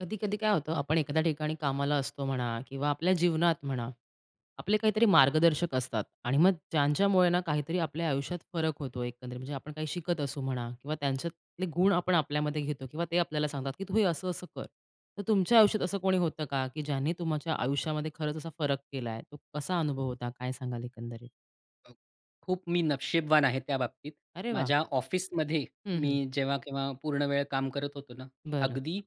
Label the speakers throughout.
Speaker 1: कधी-कधी काय होतं, आपण एखाद्या ठिकाणी कामाला असतो म्हणा किंवा आपल्या जीवनात म्हणा, आपले काहीतरी मार्गदर्शक असतात आणि मग ज्यांच्यामुळे ना काहीतरी आपल्या आयुष्यात फरक होतो एकंदरीत. म्हणजे आपण काही शिकत असू म्हणा किंवा त्यांच्यातले गुण आपण आपल्यामध्ये घेतो किंवा ते आपल्याला सांगतात, की "तू हे असं-असं कर." तर तुमच्या आयुष्यात असं कोणी होतं का, की ज्यांनी तुमच्या आयुष्यामध्ये खरंच असा फरक केलाय? तो कसा अनुभव होता? काय सांगाल एकंदरीत?
Speaker 2: अ, खूप मी नशीबवान आहे त्या बाबतीत.
Speaker 1: अरे वाह!
Speaker 2: माझ्या ऑफिसमध्ये
Speaker 1: हं,
Speaker 2: मी
Speaker 1: हं.
Speaker 2: जेव्हा-केव्हा पूर्णवेळ काम करत होतो ना,
Speaker 1: बरं.
Speaker 2: अगदी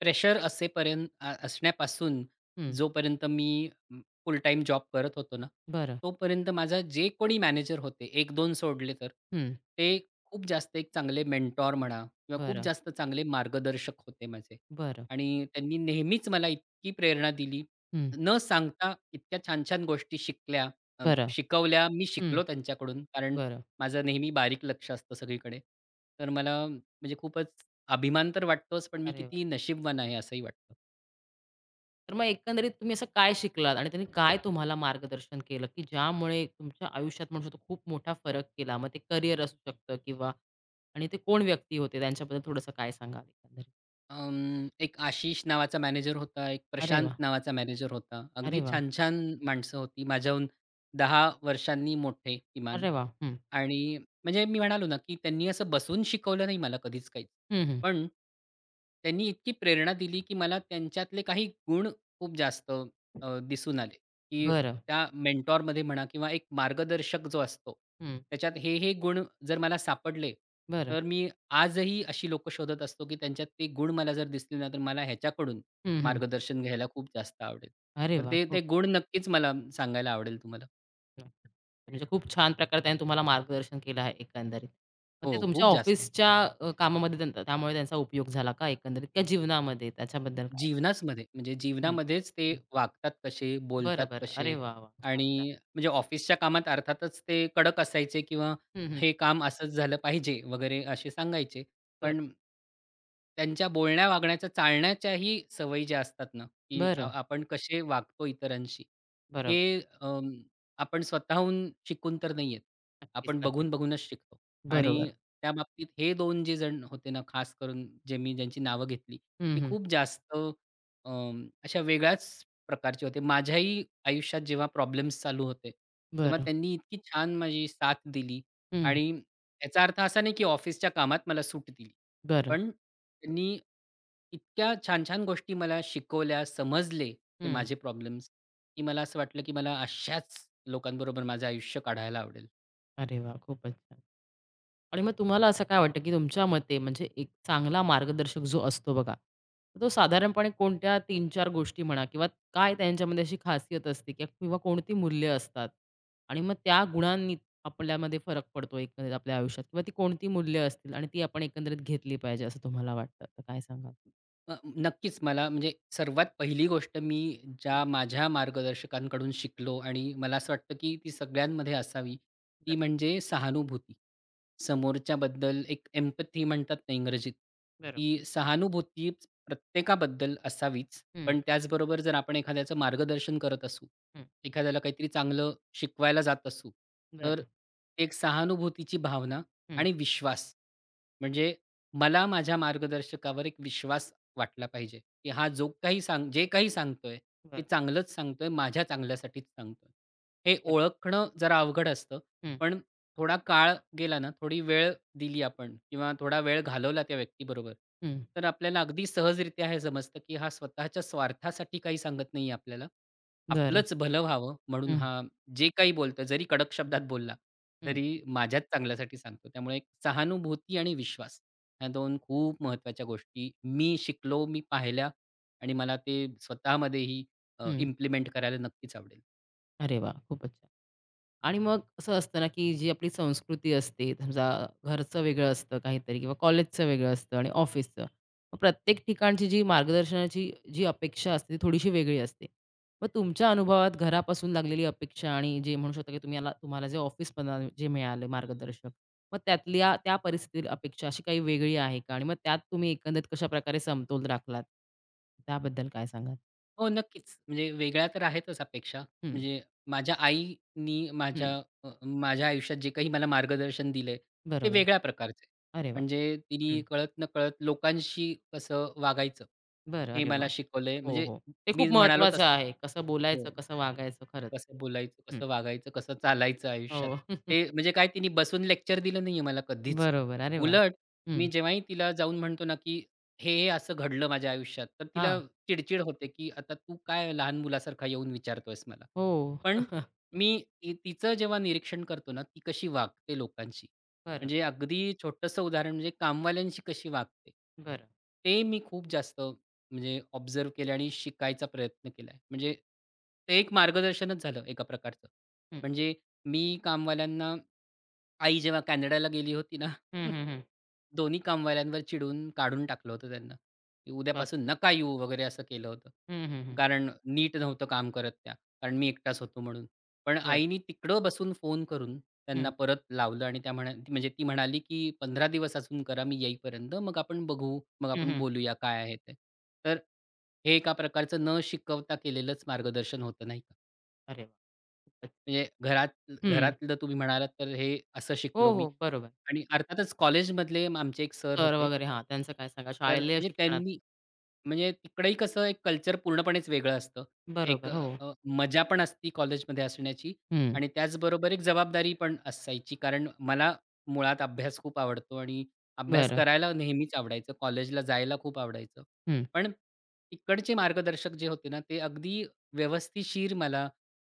Speaker 2: प्रेशर असेपर्यंत असण्यापासून
Speaker 1: हं.
Speaker 2: जोपर्यंत मी फुल टाईम जॉब करत होतो ना,
Speaker 1: बरं.
Speaker 2: तोपर्यंत माझा जे कोणी मॅनेजर होते एक दोन सोडले तर,
Speaker 1: हं.
Speaker 2: ते खूप जास्त एक चांगले मेंटॉर म्हणा किंवा खूप
Speaker 1: बरं.
Speaker 2: जास्त चांगले मार्गदर्शक होते माझे.
Speaker 1: बरं.
Speaker 2: आणि त्यांनी नेहमीच मला इतकी प्रेरणा दिली,
Speaker 1: हं.
Speaker 2: न सांगता इतक्या छान-छान गोष्टी
Speaker 1: बरं.
Speaker 2: शिकवल्या. मी
Speaker 1: हं.
Speaker 2: शिकलो त्यांच्याकडून, कारण
Speaker 1: बरं.
Speaker 2: माझं नेहमी बारीक लक्ष असतं सगळीकडे. तर मला म्हणजे खूपच अभिमान तर वाटतोच, पण मी
Speaker 1: अरे
Speaker 2: किती
Speaker 1: वाह!
Speaker 2: नशीबवान आहे असंही वाटतं.
Speaker 1: तर मग एकंदरीत तुम्ही असं काय शिकलात आणि त्यांनी काय तुम्हाला मार्गदर्शन केलं, की ज्यामुळे तुमच्या आयुष्यात म्हणू शकतो खूप मोठा फरक केला? मग ते करियर असू शकतं किंवा आणि ते कोण व्यक्ती होते त्यांच्याबद्दल थोडंसं काय सांगाल एकंदरीत?
Speaker 2: एक आशिष नावाचा मॅनेजर होता, एक
Speaker 1: अरे
Speaker 2: प्रशांत
Speaker 1: वाह!
Speaker 2: नावाचा मॅनेजर होता.
Speaker 1: अरे
Speaker 2: अगदी
Speaker 1: वाह!
Speaker 2: छान-छान माणसं होती. माझ्याहून 10 वर्षांनी मोठे किमान.
Speaker 1: अरे वाह! हं.
Speaker 2: आणि म्हणजे मी म्हणालो ना, की त्यांनी असं बसून शिकवलं नाही मला कधीच काहीच.
Speaker 1: हं, हं.
Speaker 2: पण त्यांनी इतकी प्रेरणा दिली, की मला त्यांच्यातले काही गुण खूप जास्त दिसून आले. की
Speaker 1: बरं.
Speaker 2: त्या मेंटॉरमध्ये म्हणा किंवा एक मार्गदर्शक जो असतो,
Speaker 1: हं.
Speaker 2: त्याच्यात हे गुण जर मला सापडले,
Speaker 1: बरं.
Speaker 2: तर मी आजही अशी लोकं शोधत असतो, की त्यांच्यात ते गुण मला जर दिसले ना, तर मला ह्याच्याकडून
Speaker 1: हं, हं.
Speaker 2: मार्गदर्शन घ्यायला खूप जास्त आवडेल.
Speaker 1: अरे
Speaker 2: तर
Speaker 1: वाह!
Speaker 2: ते
Speaker 1: खूप
Speaker 2: गुण नक्कीच मला सांगायला आवडेल तुम्हाला.
Speaker 1: छान. म्हणजे खूप छान प्रकारे त्यांनी तुम्हाला मार्गदर्शन केलं आहे एकंदरीत. मग ते
Speaker 2: हो,
Speaker 1: तुमच्या
Speaker 2: खूप जास्त.
Speaker 1: ऑफिसच्या कामामध्ये त्यामुळे त्यांचा उपयोग झाला का एकंदरीत? का जीवनामध्ये त्याच्याबद्दल काय?
Speaker 2: जीवनाचमध्ये म्हणजे
Speaker 1: हं, हं.
Speaker 2: जीवनामध्येच ते वागतात कसे,
Speaker 1: बरं,
Speaker 2: बोलतात
Speaker 1: बरं. अरे
Speaker 2: कसे.
Speaker 1: वाह! वाह! छान, छान.
Speaker 2: आणि म्हणजे ऑफिसच्या कामात अर्थातच ते कडक असायचे किंवा
Speaker 1: हं, हं.
Speaker 2: हे काम असंच झालं पाहिजे वगैरे असे सांगायचे.
Speaker 1: बरं.
Speaker 2: पण त्यांच्या बोलण्या, वागण्याच्या, चालण्याच्याही सवयी ज्या असतात ना, की
Speaker 1: बरं,
Speaker 2: आपण कसे वागतो इतरांशी,
Speaker 1: बरोबर.
Speaker 2: हे आपण स्वतःहून शिकून तर नाही येत.
Speaker 1: नक्कीच,
Speaker 2: आपण
Speaker 1: नक्कीच.
Speaker 2: बघून, बघूनच शिकतो आणि
Speaker 1: बरोबर.
Speaker 2: त्याबाबतीत हे 2 जे जण होते ना, खास करून जे मी ज्यांची नावं घेतली,
Speaker 1: हं,
Speaker 2: ते
Speaker 1: हं.
Speaker 2: खूप जास्त अशा वेगळ्याच प्रकारचे होते. माझ्याही आयुष्यात जेव्हा प्रॉब्लेम्स चालू होते, तेव्हा
Speaker 1: बरं.
Speaker 2: त्यांनी इतकी छान माझी साथ दिली
Speaker 1: हं.
Speaker 2: आणि याचा अर्थ असा नाही, की ऑफिसच्या कामात मला सूट दिली.
Speaker 1: बरं.
Speaker 2: पण त्यांनी इतक्या छान-छान गोष्टी मला शिकवल्या, समजले ते
Speaker 1: हं.
Speaker 2: माझे प्रॉब्लेम्स, की मला असं वाटलं, की मला अशाच लोकांबरोबर माझं आयुष्य काढायला आवडेल.
Speaker 1: अरे वाह! खूपच छान. आणि मग तुम्हाला असं काय वाटतं, की तुमच्या मते म्हणजे एक चांगला मार्गदर्शक जो असतो बघा, तर तो साधारणपणे कोणत्या 3-4 गोष्टी म्हणा किंवा काय त्यांच्यामध्ये अशी खासियत असते किंवा किंवा कोणती मूल्य असतात आणि मग त्या गुणांनी आपल्यामध्ये फरक पडतो एकंदरीत आपल्या आयुष्यात किंवा ती कोणती मूल्य असतील आणि ती आपण एकंदरीत घेतली पाहिजे असं तुम्हाला वाटतं, तर काय सांगाल?
Speaker 2: नक्कीच मला म्हणजे सर्वात पहिली गोष्ट मी
Speaker 1: हं.
Speaker 2: ज्या माझ्या मार्गदर्शकांकडून शिकलो आणि मला असं वाटतं की ती सगळ्यांमध्ये असावी ती म्हणजे सहानुभूती समोरच्याबद्दल एक एम्पथी म्हणतात ना इंग्रजीत,
Speaker 1: बरोबर.
Speaker 2: ती सहानुभूती प्रत्येकाबद्दल असावीच.
Speaker 1: हं,
Speaker 2: पण त्याचबरोबर जर आपण एखाद्याचं मार्गदर्शन करत असू,
Speaker 1: हं.
Speaker 2: एखाद्याला काहीतरी चांगलं शिकवायला जात असू, तर
Speaker 1: बरं.
Speaker 2: एक सहानुभूतीची भावना
Speaker 1: हं.
Speaker 2: आणि विश्वास. म्हणजे मला माझ्या मार्गदर्शकावर एक विश्वास वाटला पाहिजे, की हा जो काही सांग जे काही सांगतोय, ते
Speaker 1: बरं.
Speaker 2: चांगलंच सांगतोय, माझ्या चांगल्यासाठीच सांगतोय. हे
Speaker 1: करेक्ट.
Speaker 2: ओळखणं जरा अवघड असतं.
Speaker 1: हं,
Speaker 2: पण थोडा काळ गेला ना, थोडी वेळ दिली आपण किंवा थोडा वेळ घालवला त्या व्यक्तीबरोबर,
Speaker 1: हं.
Speaker 2: तर आपल्याला अगदी सहजरित्या हे समजतं, की हा स्वतःच्या स्वार्थासाठी काही सांगत नाही आहे आपल्याला.
Speaker 1: बरं.
Speaker 2: आपलंच भलं व्हावं म्हणून
Speaker 1: हं,
Speaker 2: हा जे काही बोलतो, जरी कडक शब्दात बोलला,
Speaker 1: हं,
Speaker 2: तरी माझ्याच चांगल्यासाठी सांगतो. त्यामुळे एक सहानुभूती आणि विश्वास ह्या 2 खूप महत्त्वाच्या गोष्टी मी शिकलो, मी पाहिल्या आणि मला ते स्वतःमध्येही
Speaker 1: हं.
Speaker 2: इम्प्लिमेंट करायला नक्कीच आवडेल.
Speaker 1: अरे वाह! खूपच छान. आणि मग असं असतं ना, की जी आपली संस्कृती असते, समजा घरचं वेगळं असतं काहीतरी किंवा कॉलेजचं वेगळं असतं आणि ऑफिसचं. मग प्रत्येक ठिकाणची जी मार्गदर्शनाची जी अपेक्षा असते, ती थोडीशी वेगळी असते. मग तुमच्या अनुभवात घरापासून लागलेली अपेक्षा आणि जे म्हणू शकता, की तुम्हाला तुम्हाला जे ऑफिसमधनं जे मिळाले मार्गदर्शक, मग त्यातल्या त्या परिस्थितीतील अपेक्षा अशी काही वेगळी आहे का? आणि मग त्यात तुम्ही एकंदरीत कशाप्रकारे समतोल राखलात? त्याबद्दल काय सांगाल?
Speaker 2: हो, नक्कीच. म्हणजे वेगळ्या तर आहेतच अपेक्षा.
Speaker 1: हं,
Speaker 2: म्हणजे माझ्या आईनी
Speaker 1: हं.
Speaker 2: माझ्या अ, माझ्या आयुष्यात जे काही मला मार्गदर्शन दिलंय, ते
Speaker 1: बरोबर.
Speaker 2: वेगळ्या प्रकारचं आहे.
Speaker 1: अरे वाह!
Speaker 2: म्हणजे तिने
Speaker 1: हं.
Speaker 2: कळत-नकळत लोकांशी कसं वागायचं,
Speaker 1: बरं.
Speaker 2: हे
Speaker 1: अरे
Speaker 2: मला
Speaker 1: वाह!
Speaker 2: शिकवलंय.
Speaker 1: हो,
Speaker 2: म्हणजे
Speaker 1: हो. ते
Speaker 2: मी
Speaker 1: खूप
Speaker 2: म्हणालो
Speaker 1: महत्वाचं
Speaker 2: तसं.
Speaker 1: आहे. कसं
Speaker 2: हो.
Speaker 1: बोलायचं, कसं वागायचं खरंच.
Speaker 2: कसं बोलायचं,
Speaker 1: हं.
Speaker 2: कसं वागायचं, कसं चालायचं आयुष्यात.
Speaker 1: हो.
Speaker 2: ते म्हणजे काय तिने बसून लेक्चर दिलं नाहीये मला कधीच.
Speaker 1: बरोबर. अरे वाह!
Speaker 2: उलट मी
Speaker 1: हं.
Speaker 2: जेव्हाही तिला जाऊन म्हणतो ना, की "हे असं घडलं माझ्या आयुष्यात." तर
Speaker 1: हां.
Speaker 2: तिला चिडचिड होते, की "आता तू काय लहान मुलासारखा येऊन विचारतोयस मला."
Speaker 1: हो.
Speaker 2: पण मी ती तिचं जेव्हा निरीक्षण करतो ना, ती कशी वागते लोकांशी.
Speaker 1: बरं,
Speaker 2: म्हणजे अगदी छोटंसं उदाहरण म्हणजे कामवाल्यांशी कशी वागते.
Speaker 1: बरं.
Speaker 2: ते मी खूप जास्त म्हणजे ऑब्झर्व्ह केले आणि शिकायचा प्रयत्न केलाय. म्हणजे ते एक मार्गदर्शनच झालं एका प्रकारचं.
Speaker 1: हं.
Speaker 2: म्हणजे मी कामवाल्यांना आई जेव्हा कॅनडाला गेली होती ना,
Speaker 1: हं, हं, हं.
Speaker 2: दोन्ही कामवाल्यांवर चिडून काढून टाकलं होतं त्यांना, की
Speaker 1: बाप
Speaker 2: उद्यापासून नका येऊ वगैरे असं केलं होतं.
Speaker 1: हं, हं, हं.
Speaker 2: कारण नीट नव्हतं काम करत त्या, कारण मी एकटाच होतो म्हणून. पण
Speaker 1: बरं.
Speaker 2: आईनी तिकडं बसून फोन करून
Speaker 1: हं.
Speaker 2: त्यांना परत लावलं आणि म्हणजे ती म्हणाली, की "15 दिवस अजून करा मी येईपर्यंत, मग आपण बघू, मग
Speaker 1: हं,
Speaker 2: आपण
Speaker 1: हं.
Speaker 2: बोलूया काय आहे ते." तर हे एका प्रकारचं न शिकवता केलेलंच मार्गदर्शन होतं, नाही
Speaker 1: अरे वाह! खूपच
Speaker 2: म्हणजे घरात
Speaker 1: हं.
Speaker 2: घरातलं तुम्ही म्हणालात तर हे असं
Speaker 1: हो,
Speaker 2: शिकलो मी
Speaker 1: हो. बरोबर.
Speaker 2: आणि अर्थातच कॉलेजमधले आमचे एक सर
Speaker 1: सर
Speaker 2: होते.
Speaker 1: वगैरे हां, त्यांचं काय सांगा
Speaker 2: तर
Speaker 1: शालेय
Speaker 2: म्हणजे
Speaker 1: शिक्षणात.
Speaker 2: त्यांनी म्हणजे तिकडेही कसं एक कल्चर पूर्णपणेच वेगळं असतं. एक
Speaker 1: बरोबर. हो.
Speaker 2: मजा पण असती कॉलेजमध्ये असण्याची
Speaker 1: हं.
Speaker 2: आणि त्याचबरोबर एक जबाबदारी पण असायची. कारण मला मुळात अभ्यास खूप आवडतो आणि अभ्यास
Speaker 1: बरं.
Speaker 2: करायला नेहमीच आवडायचं. कॉलेजला जायला खूप आवडायचं.
Speaker 1: हं,
Speaker 2: पण तिकडचे मार्गदर्शक जे होते ना, ते अगदी व्यवस्थिशीर मला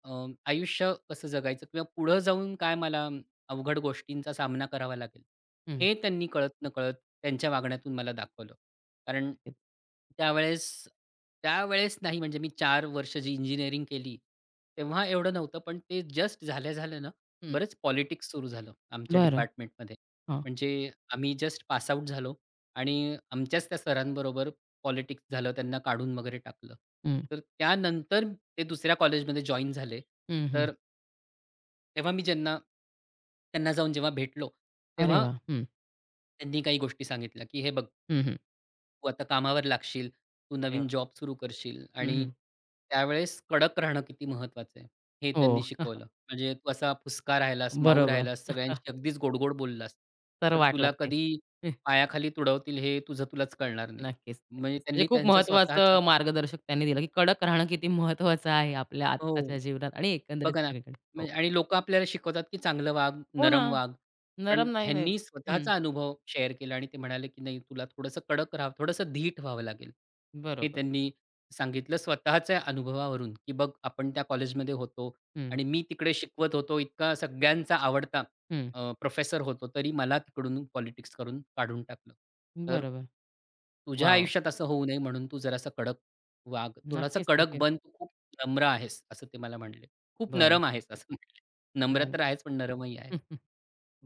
Speaker 2: अ, आयुष्य कसं जगायचं किंवा पुढं जाऊन काय मला अवघड गोष्टींचा सामना करावा लागेल,
Speaker 1: हं.
Speaker 2: हे त्यांनी कळत-नकळत त्यांच्या वागण्यातून मला दाखवलं. कारण त्यावेळेस त्यावेळेस नाही म्हणजे मी 4 वर्ष जी इंजिनिअरिंग केली, तेव्हा एवढं नव्हतं. पण ते जस्ट झाल्या-झाल्या ना,
Speaker 1: हं.
Speaker 2: बरंच पॉलिटिक्स सुरू झालं आमच्या
Speaker 1: बरं.
Speaker 2: डिपार्टमेंटमध्ये.
Speaker 1: हां.
Speaker 2: म्हणजे आम्ही जस्ट पास आउट झालो आणि आमच्याच त्या सरांबरोबर पॉलिटिक्स झालं. त्यांना काढून वगैरे टाकलं.
Speaker 1: हं.
Speaker 2: तर त्यानंतर ते दुसऱ्या कॉलेजमध्ये जॉइन झाले.
Speaker 1: हं, हं.
Speaker 2: तर तेव्हा मी ज्यांना त्यांना जाऊन जेव्हा भेटलो,
Speaker 1: अरे
Speaker 2: तेव्हा
Speaker 1: वाह! हं.
Speaker 2: त्यांनी काही गोष्टी सांगितल्या, की "हे बघ,
Speaker 1: हं, हं.
Speaker 2: तू आता कामावर लागशील, तू
Speaker 1: अरे
Speaker 2: नवीन
Speaker 1: वाह!
Speaker 2: जॉब सुरू करशील
Speaker 1: हं,
Speaker 2: आणि
Speaker 1: हं.
Speaker 2: त्यावेळेस कडक राहणं किती महत्त्वाचं आहे, हे त्यांनी
Speaker 1: हो.
Speaker 2: शिकवलं. म्हणजे तू असा फुसका राहिलास, माऊ
Speaker 1: बरोबर.
Speaker 2: राहिलास, सगळ्यांशी अगदीच गोडगोड गोड बोललास,
Speaker 1: तर
Speaker 2: तर
Speaker 1: वाट
Speaker 2: तुला
Speaker 1: लागते.
Speaker 2: कधी
Speaker 1: हं,
Speaker 2: पायाखाली तुडवतील हे तुझं तुलाच कळणार नाही.
Speaker 1: नक्कीच,
Speaker 2: म्हणजे
Speaker 1: नक्कीच. म्हणजे
Speaker 2: त्यांनी
Speaker 1: खूप
Speaker 2: त्यांचा स्वतःचा
Speaker 1: महत्त्वाचं मार्गदर्शक त्यांनी दिलं, की कडक राहणं किती महत्त्वाचं आहे आपल्या
Speaker 2: हो.
Speaker 1: आत्ताच्या जीवनात आणि एकंदरीत
Speaker 2: बघा ना,
Speaker 1: सगळीकडे. हो.
Speaker 2: म्हणजे आणि लोकं आपल्याला शिकवतात, की चांगलं वाग,
Speaker 1: हो ना.
Speaker 2: नरम वाग. पण
Speaker 1: नरम नाही, नाही.
Speaker 2: ह्यांनी
Speaker 1: हं.
Speaker 2: स्वतःचा अनुभव शेअर केला आणि ते म्हणाले, की "नाही, तुला थोडंसं कडक राहावं, थोडंसं धीट व्हावं लागेल." हे
Speaker 1: बरोबर.
Speaker 2: त्यांनी सांगितलं स्वतःच्या अनुभवावरून, की "बघ, आपण त्या कॉलेजमध्ये होतो
Speaker 1: हं,
Speaker 2: आणि मी तिकडे शिकवत होतो, इतका सगळ्यांचा आवडता
Speaker 1: हं.
Speaker 2: प्रोफेसर होतो, तरी मला तिकडून पॉलिटिक्स करून काढून टाकलं. तर
Speaker 1: बरोबर.
Speaker 2: तुझ्या
Speaker 1: वाह! वाह!
Speaker 2: आयुष्यात असं होऊ नये म्हणून तू जरासा कडक वाग, थोडासा
Speaker 1: नक्कीच,
Speaker 2: कडक
Speaker 1: नक्कीच.
Speaker 2: बन, तू खूप नम्र आहेस." असं ते मला म्हणाले. खूप
Speaker 1: बरं.
Speaker 2: नरम आहेस असं म्हणेल.
Speaker 1: नाही,
Speaker 2: नम्र
Speaker 1: नाही.
Speaker 2: तर आहेच, पण नरमही आहे.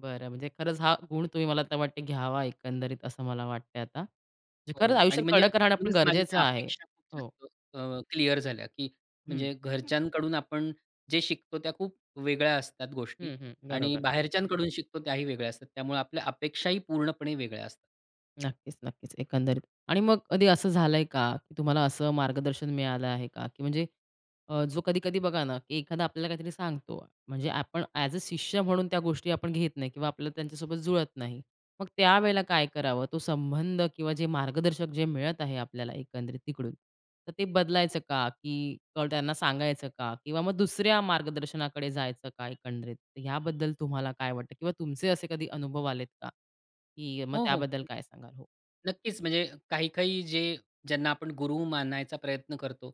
Speaker 1: बरं. म्हणजे खरंच हा गुण तुम्ही मला तर वाटते घ्यावा एकंदरीत असं मला वाटतंय आता. म्हणजे खरंच
Speaker 2: हो आणि
Speaker 1: आयुष्यात
Speaker 2: म्हणजे
Speaker 1: कडक राहणं पण
Speaker 2: म्हणूनच माझ्या
Speaker 1: गरजेचं
Speaker 2: त्या
Speaker 1: आहे.
Speaker 2: अपेक्षा खूप
Speaker 1: हो.
Speaker 2: जास्त क्लिअर झाल्या, की
Speaker 1: हं.
Speaker 2: म्हणजे घरच्यांकडून आपण जे शिकतो त्या खूप वेगळ्या असतात गोष्टी
Speaker 1: हं, हं.
Speaker 2: आणि
Speaker 1: बरोबर.
Speaker 2: बाहेरच्यांकडून शिकतो त्याही वेगळ्या असतात. त्यामुळे आपल्या अपेक्षाही पूर्णपणे वेगळ्या असतात.
Speaker 1: नक्कीच, नक्कीच. एकंदरीत आणि मग कधी असं झालंय का, की तुम्हाला असं मार्गदर्शन मिळालं आहे का? की म्हणजे जो कधी-कधी बघा ना, की एखादा आपल्याला काहीतरी सांगतो, म्हणजे आपण ॲज अ शिष्य म्हणून त्या गोष्टी आपण घेत नाही किंवा आपल्याला त्यांच्यासोबत जुळत नाही. मग त्यावेळेला काय करावं? तो संबंध किंवा जे मार्गदर्शक जे मिळत आहे आपल्याला एकंदरीत तिकडून, तर ते बदलायचं का? की त्यांना सांगायचं का? किंवा मग दुसऱ्या मार्गदर्शनाकडे जायचं का एकंदरीत? याबद्दल तुम्हाला काय वाटतं? किंवा तुमचे असे कधी अनुभव आलेत का? की मग
Speaker 2: हो, हो.
Speaker 1: त्याबद्दल काय सांगाल? हो.
Speaker 2: नक्कीच. म्हणजे काही-काही जे ज्यांना आपण गुरु मानायचा प्रयत्न करतो,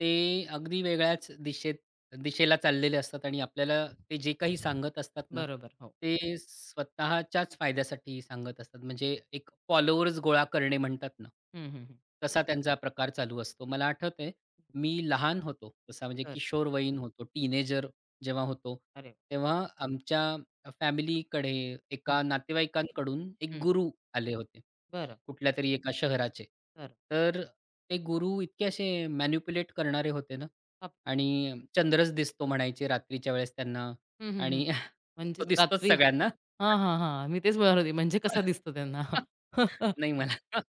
Speaker 2: ते अगदी वेगळ्याच दिशेला चाललेले असतात आणि आपल्याला ते जे काही सांगत असतात ना,
Speaker 1: बरोबर. हो.
Speaker 2: ते स्वतःच्याच फायद्यासाठी सांगत असतात. म्हणजे एक फॉलोअर्स गोळा करणे म्हणतात ना,
Speaker 1: हं, हं, हं.
Speaker 2: तसा त्यांचा प्रकार चालू असतो. मला आठवतंय, मी लहान होतो, तसा म्हणजे
Speaker 1: बरं.
Speaker 2: किशोरवयीन होतो, टीनेजर जेव्हा होतो,
Speaker 1: अरे वाह!
Speaker 2: तेव्हा आमच्या फॅमिलीकडे
Speaker 1: हं,
Speaker 2: एका नातेवाईकांकडून एक
Speaker 1: हं.
Speaker 2: गुरु आले होते,
Speaker 1: बरं,
Speaker 2: कुठल्या तरी एका शहराचे.
Speaker 1: बरं.
Speaker 2: तर ते गुरु इतके असे मॅनिप्युलेट करणारे होते ना
Speaker 1: हां.
Speaker 2: आणि चंद्रच दिसतो म्हणायचे रात्रीच्या वेळेस त्यांना
Speaker 1: हं, हं, हं.
Speaker 2: आणि तो
Speaker 1: म्हणजेच
Speaker 2: दिसतोच
Speaker 1: रात्री
Speaker 2: सगळ्यांना.
Speaker 1: हां, हां, हां. मी तेच म्हणत होते म्हणजे कसा दिसतो त्यांना?
Speaker 2: नाही मला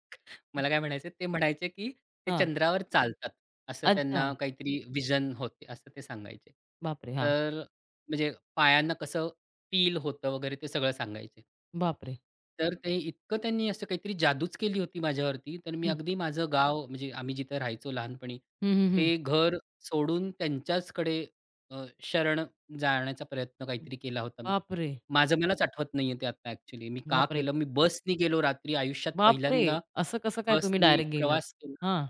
Speaker 2: मला काय म्हणायचं ते म्हणायचे, की ते
Speaker 1: हां.
Speaker 2: चंद्रावर चालतात. असं
Speaker 1: अच्छा.
Speaker 2: त्यांना काहीतरी व्हिजन होते, असं ते सांगायचे.
Speaker 1: बापरे! हां.
Speaker 2: तर म्हणजे पायांना कसं फील होतं वगैरे ते सगळं सांगायचे.
Speaker 1: बापरे!
Speaker 2: तर ते इतकं त्यांनी असं काहीतरी जादूच केली होती माझ्यावरती. तर मी
Speaker 1: हं,
Speaker 2: अगदी माझं गाव म्हणजे आम्ही जिथं राहायचो लहानपणी,
Speaker 1: हं, हं,
Speaker 2: ते
Speaker 1: हं.
Speaker 2: घर सोडून त्यांच्याचकडे शरण जाण्याचा प्रयत्न काहीतरी केला होता मी.
Speaker 1: बापरे!
Speaker 2: माझं मलाच आठवत नाहीये ते आता ॲक्चुअली. मी का
Speaker 1: बापरे!
Speaker 2: केलं? मी बसनी गेलो रात्री आयुष्यात
Speaker 1: बापरे!
Speaker 2: पहिल्यांदा
Speaker 1: असं कसं काय तुम्ही
Speaker 2: बसनी
Speaker 1: डायरेक्ट गेलात?
Speaker 2: प्रवास केला.
Speaker 1: हां.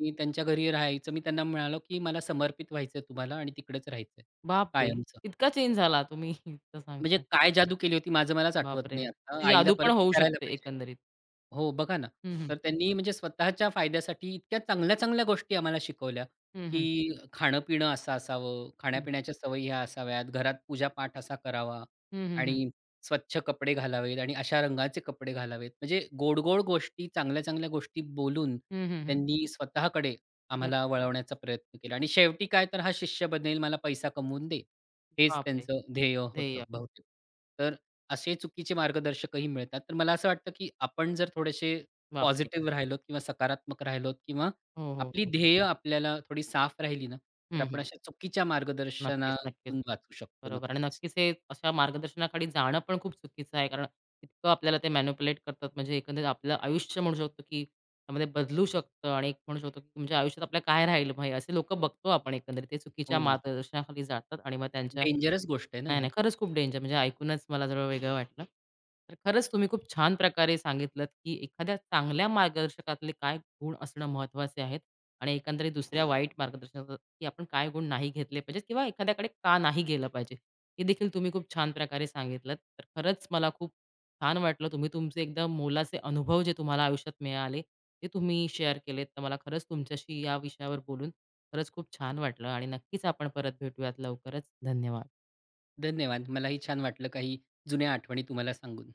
Speaker 2: मी त्यांच्या घरी राहायचं. मी त्यांना म्हणालो, की "मला समर्पित व्हायचंय तुम्हाला आणि तिकडेच राहायचंय
Speaker 1: बापरे!
Speaker 2: कायमचं."
Speaker 1: इतका चेंज झाला तुम्ही इतकं
Speaker 2: म्हणजे
Speaker 1: सांगताय.
Speaker 2: काय जादू केली होती माझं मलाच आठवत
Speaker 1: बापरे!
Speaker 2: नाही आता.
Speaker 1: ती
Speaker 2: आईला
Speaker 1: जादू पण
Speaker 2: परत
Speaker 1: होऊ
Speaker 2: विचारायला
Speaker 1: शकते
Speaker 2: पाहिजे.
Speaker 1: एकंदरीत.
Speaker 2: हो, बघा ना.
Speaker 1: हं, हं.
Speaker 2: तर त्यांनी म्हणजे स्वतःच्या फायद्यासाठी इतक्या चांगल्या-चांगल्या गोष्टी आम्हाला शिकवल्या,
Speaker 1: हं, हं.
Speaker 2: की खाणं-पिणं असं असावं,
Speaker 1: हं.
Speaker 2: खाण्यापिण्याच्या सवयी ह्या असाव्यात, घरात पूजा-पाठ असा करावा
Speaker 1: हं, हं, हं.
Speaker 2: आणि स्वच्छ कपडे घालावेत आणि अशा रंगाचे कपडे घालावेत. म्हणजे गोड-गोड गोष्टी, चांगल्या-चांगल्या गोष्टी बोलून
Speaker 1: हं,
Speaker 2: त्यांनी स्वतःकडे
Speaker 1: बरं.
Speaker 2: आम्हाला वळवण्याचा प्रयत्न केला आणि शेवटी काय तर हा शिष्य बनेल, मला पैसा कमवून देईल. हेच
Speaker 1: बापरे!
Speaker 2: त्यांचं ध्येय
Speaker 1: ध्येय.
Speaker 2: होतं बहुतेक. तर असे चुकीचे मार्गदर्शकही मिळतात. तर मला असं वाटतं, की आपण जर थोडेसे
Speaker 1: बापरे!
Speaker 2: पॉझिटिव्ह राहिलोत किंवा सकारात्मक राहिलोत किंवा
Speaker 1: हो, हो,
Speaker 2: आपली
Speaker 1: हो.
Speaker 2: ध्येय आपल्याला थोडी साफ राहिली ना, तर
Speaker 1: हं,
Speaker 2: आपण
Speaker 1: हं.
Speaker 2: अशा चुकीच्या
Speaker 1: नक्कीच, नक्कीच.
Speaker 2: मार्गदर्शनातून वाचू शकतो
Speaker 1: बरोबर आणि
Speaker 2: नक्कीच.
Speaker 1: नक्कीच हे अशा मार्गदर्शनाखाली जाणं पण खूप चुकीचं आहे. कारण इतकं आपल्याला ते मॅनिप्युलेट करतात म्हणजे एकंदरीत आपलं आयुष्य म्हणू शकतो, की त्यामध्ये बदलू शकतं आणि एक म्हणू शकतो, की तुमच्या आयुष्यात आपल्या काय राहील मग असे लोकं बघतो आपण एकंदरीत. ते चुकीच्या
Speaker 2: हो,
Speaker 1: मार्गदर्शनाखाली जातात आणि मग त्यांच्या
Speaker 2: डेंजरस गोष्ट आहे ना
Speaker 1: नाही,
Speaker 2: ही.
Speaker 1: नाही. खरंच खूप डेंजर म्हणजे ऐकूनच मला जरा वेगळं वाटलं. तर खरंच तुम्ही खूप छान प्रकारे सांगितलंत, की एखाद्या चांगल्या मार्गदर्शकातले काय गुण असणं महत्त्वाचे आहेत आणि एकंदरीत दुसऱ्या वाईट मार्गदर्शनाचा की आपण काय गुण नाही घेतले पाहिजेत किंवा एखाद्याकडे का नाही गेलं पाहिजे. हे देखील तुम्ही खूप छान प्रकारे सांगितलंत. तर खरंच मला खूप छान वाटलं. तुम्ही तुमचे एकदम मोलाचे अनुभव जे तुम्हाला आयुष्यात मिळाले, ते तुम्ही शेअर केलेत. तर मला खरंच तुमच्याशी या विषयावर बोलून खरंच खूप छान वाटलं आणि नक्कीच आपण परत भेटूयात लवकरच. धन्यवाद.
Speaker 2: धन्यवाद. मलाही छान वाटलं काही जुन्या आठवणी तुम्हाला सांगून.